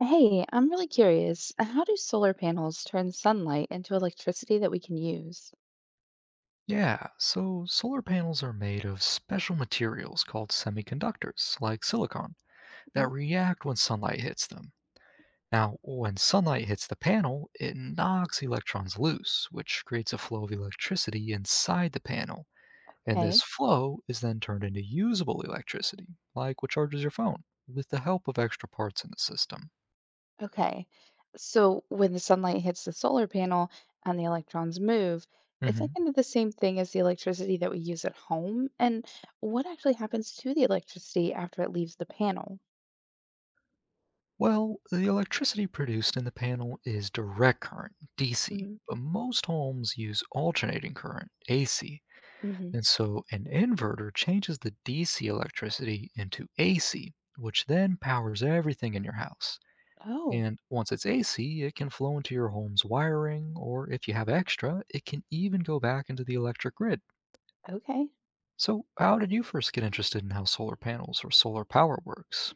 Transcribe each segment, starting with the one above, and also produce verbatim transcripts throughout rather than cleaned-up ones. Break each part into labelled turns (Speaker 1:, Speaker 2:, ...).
Speaker 1: Hey, I'm really curious. uh, How do solar panels turn sunlight into electricity that we can use?
Speaker 2: Yeah, so solar panels are made of special materials called semiconductors, like silicon,
Speaker 1: Mm,
Speaker 2: that react when sunlight hits them. Now, when sunlight hits the panel, it knocks electrons loose, which creates a flow of electricity inside the panel. And this
Speaker 1: okay,
Speaker 2: flow is then turned into usable electricity, like what charges your phone, with the help of extra parts in the system.
Speaker 1: okay. So when the sunlight hits the solar panel and the electrons move, it's like
Speaker 2: Mhm.
Speaker 1: kind of the same thing as the electricity that we use at home? And what actually happens to the electricity after it leaves the panel?
Speaker 2: Well, the electricity produced in the panel is direct current, D C, but most homes use alternating current, A C,
Speaker 1: Mm-hmm.
Speaker 2: and so an inverter changes the D C electricity into A C, which then powers everything in your house.
Speaker 1: Oh,
Speaker 2: And once it's A C, it can flow into your home's wiring, or if you have extra, it can even go back into the electric grid.
Speaker 1: okay.
Speaker 2: So, how did you first get interested in how solar panels or solar power works?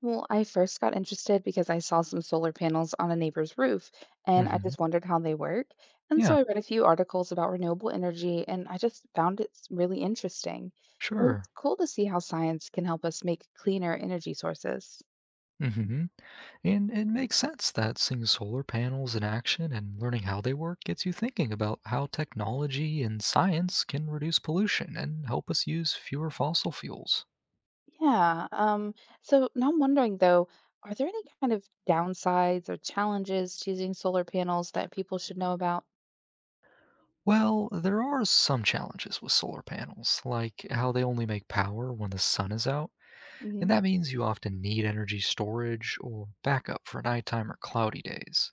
Speaker 1: Well, I first got interested because I saw some solar panels on a neighbor's roof and I
Speaker 2: Hmm.
Speaker 1: just wondered how they work. And
Speaker 2: Yeah,
Speaker 1: so I read a few articles about renewable energy and I just found it s- really interesting. And
Speaker 2: sure.
Speaker 1: it's cool to see how science can help us make cleaner energy sources.
Speaker 2: Hmm. And it makes sense that seeing solar panels in action and learning how they work gets you thinking about how technology and science can reduce pollution and help us use fewer fossil fuels.
Speaker 1: Yeah. Um, so now I'm wondering though, are there any kind of downsides or challenges to using solar panels that people should know about?
Speaker 2: Well, there are some challenges with solar panels, like how they only make power when the sun is out,
Speaker 1: Hmm.
Speaker 2: and that means you often need energy storage or backup for nighttime or cloudy days.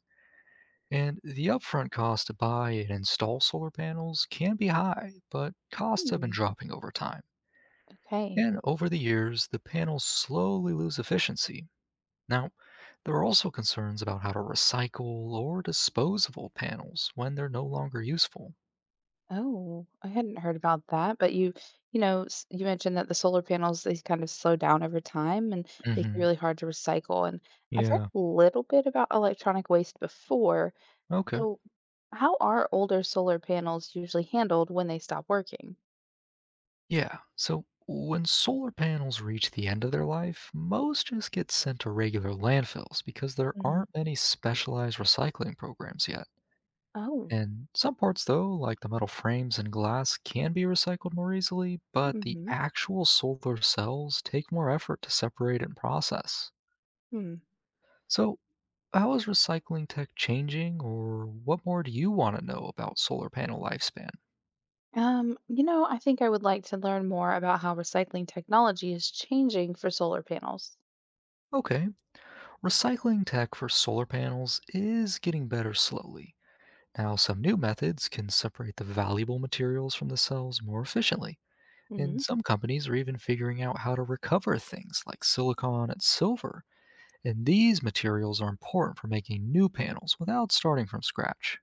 Speaker 2: And the upfront cost to buy and install solar panels can be high, but costs have been
Speaker 1: Hmm,
Speaker 2: dropping over time.
Speaker 1: okay.
Speaker 2: And over the years, the panels slowly lose efficiency. Now, there are also concerns about how to recycle or dispose of old panels when they're no longer useful.
Speaker 1: Oh, I hadn't heard about that, but you you know, s- you mentioned that the solar panels they kind of slow down over time and they can be
Speaker 2: Hmm.
Speaker 1: really hard to recycle. And I've read
Speaker 2: Yeah.
Speaker 1: a little bit about electronic waste before.
Speaker 2: Okay.
Speaker 1: So, how are older solar panels usually handled when they stop working?
Speaker 2: Yeah. So when solar panels reach the end of their life, most just get sent to regular landfills because there
Speaker 1: Hmm.
Speaker 2: aren't any specialized recycling programs yet.
Speaker 1: Oh,
Speaker 2: And some parts, though, like the metal frames and glass, can be recycled more easily, but the
Speaker 1: hmm.
Speaker 2: actual solar cells take more effort to separate and process.
Speaker 1: Hmm.
Speaker 2: So, how is recycling tech changing, or what more do you want to know about solar panel lifespan?
Speaker 1: Um, you know, I think I would like to learn more about how recycling technology is changing for solar panels.
Speaker 2: Okay, recycling tech for solar panels is getting better slowly. Now, some new methods can separate the valuable materials from the cells more efficiently. And
Speaker 1: Hmm.
Speaker 2: some companies are even figuring out how to recover things like silicon and silver. And these materials are important for making new panels without starting from scratch.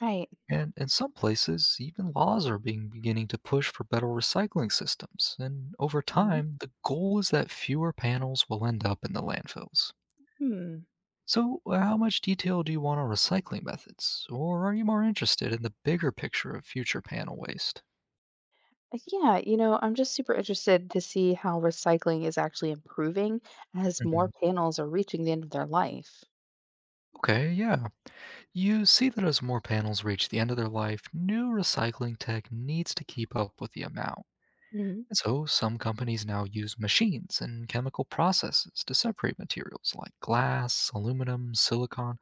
Speaker 1: Right.
Speaker 2: And in some places, even laws are being beginning to push for better recycling systems. And over
Speaker 1: Mm-hmm.
Speaker 2: time, the goal is that fewer panels will end up in the landfills.
Speaker 1: Hmm.
Speaker 2: So, uh, how much detail do you want on recycling methods? Or are you more interested in the bigger picture of future panel waste?
Speaker 1: Uh, Yeah, you know, I'm just super interested to see how recycling is actually improving as
Speaker 2: Mhm.
Speaker 1: more panels are reaching the end of their life.
Speaker 2: Okay, yeah. You see that as more panels reach the end of their life, new recycling tech needs to keep up with the amount.
Speaker 1: Hmm.
Speaker 2: So, some companies now use machines and chemical processes to separate materials like glass, aluminum, silicon,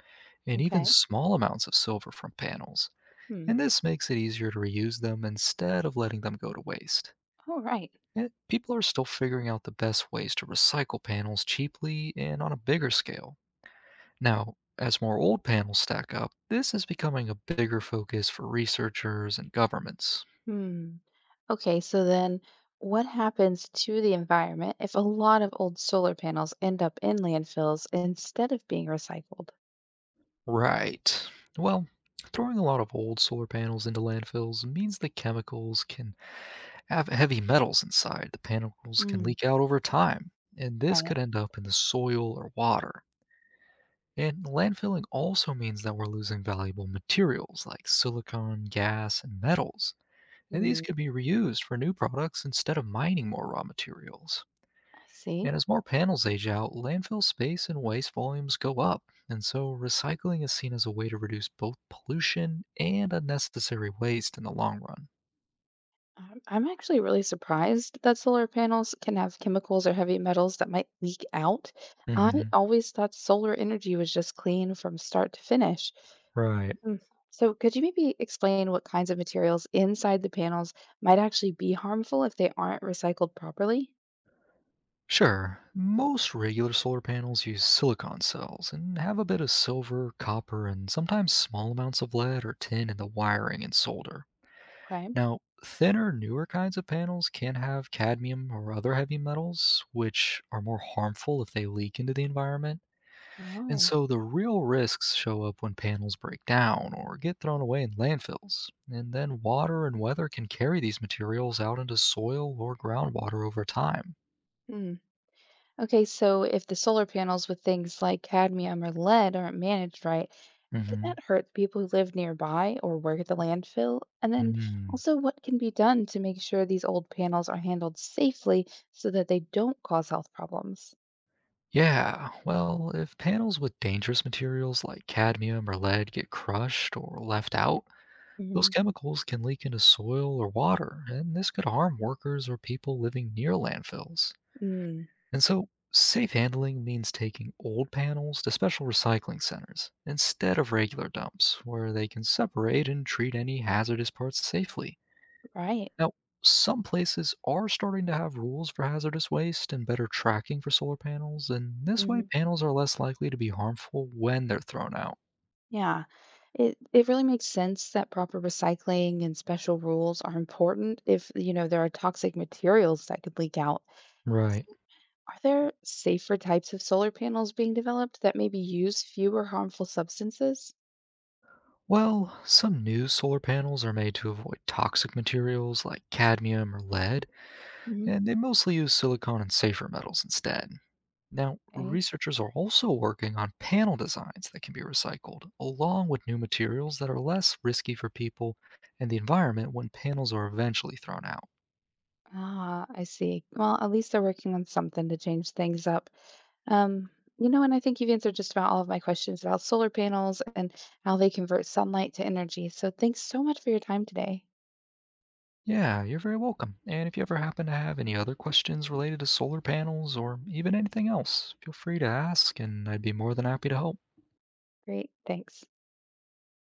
Speaker 2: and even
Speaker 1: Okay.
Speaker 2: small amounts of silver from panels.
Speaker 1: Hmm.
Speaker 2: And this makes it easier to reuse them instead of letting them go to waste.
Speaker 1: All right.
Speaker 2: Yet, people are still figuring out the best ways to recycle panels cheaply and on a bigger scale. Now, as more old panels stack up, this is becoming a bigger focus for researchers and governments.
Speaker 1: Hmm. Okay, so then what happens to the environment if a lot of old solar panels end up in landfills instead of being recycled?
Speaker 2: Right. Well, throwing a lot of old solar panels into landfills means the chemicals can have heavy metals inside. The panels can
Speaker 1: Mm.
Speaker 2: leak out over time, and this
Speaker 1: Right.
Speaker 2: could end up in the soil or water. And landfilling also means that we're losing valuable materials like silicon, gas, and metals. And these
Speaker 1: Hmm.
Speaker 2: could be reused for new products instead of mining more raw materials.
Speaker 1: I see.
Speaker 2: And as more panels age out, landfill space and waste volumes go up, and so recycling is seen as a way to reduce both pollution and unnecessary waste in the long run.
Speaker 1: I'm I'm actually really surprised that solar panels can have chemicals or heavy metals that might leak out. I
Speaker 2: Hmm.
Speaker 1: always thought solar energy was just clean from start to finish.
Speaker 2: Right.
Speaker 1: Mm, so, could you maybe explain what kinds of materials inside the panels might actually be harmful if they aren't recycled properly?
Speaker 2: Sure, most regular solar panels use silicon cells and have a bit of silver, copper, and sometimes small amounts of lead or tin in the wiring and solder.
Speaker 1: Okay.
Speaker 2: Now, thinner, newer kinds of panels can have cadmium or other heavy metals, which are more harmful if they leak into the environment. And
Speaker 1: Oh.
Speaker 2: so the real risks show up when panels break down or get thrown away in landfills. And then water and weather can carry these materials out into soil or groundwater over time.
Speaker 1: Okay, so if the solar panels with things like cadmium or lead aren't managed right, could
Speaker 2: Hmm.
Speaker 1: that hurt the people who live nearby or work at the landfill? And then
Speaker 2: Mm.
Speaker 1: also, what can be done to make sure these old panels are handled safely so that they don't cause health problems?
Speaker 2: Yeah, well, if panels with dangerous materials like cadmium or lead get crushed or left out, those
Speaker 1: Hmm.
Speaker 2: chemicals can leak into soil or water, and this could harm workers or people living near landfills.
Speaker 1: Mm,
Speaker 2: And so, safe handling means taking old panels to special recycling centers instead of regular dumps, where they can separate and treat any hazardous parts safely.
Speaker 1: right.
Speaker 2: Now, some places are starting to have rules for hazardous waste and better tracking for solar panels, and this
Speaker 1: Hmm.
Speaker 2: way, panels are less likely to be harmful when they're thrown out.
Speaker 1: Yeah. It it really makes sense that proper recycling and special rules are important if, you know, there are toxic materials that could leak out.
Speaker 2: Right.
Speaker 1: Are there safer types of solar panels being developed that maybe use fewer harmful substances?
Speaker 2: Well, some new solar panels are made to avoid toxic materials like cadmium or lead,
Speaker 1: Hmm.
Speaker 2: and they mostly use silicon and safer metals instead. Now,
Speaker 1: Okay.
Speaker 2: researchers are also working on panel designs that can be recycled, along with new materials that are less risky for people and the environment when panels are eventually thrown out.
Speaker 1: Ah, I see. Well, at least they're working on something to change things up. Um, you know, and I think you've answered just about all of my questions about solar panels and how they convert sunlight to energy. So thanks so much for your time today.
Speaker 2: Yeah, you're very welcome. And if you ever happen to have any other questions related to solar panels or even anything else, feel free to ask, and I'd be more than happy to help.
Speaker 1: Great. Thanks.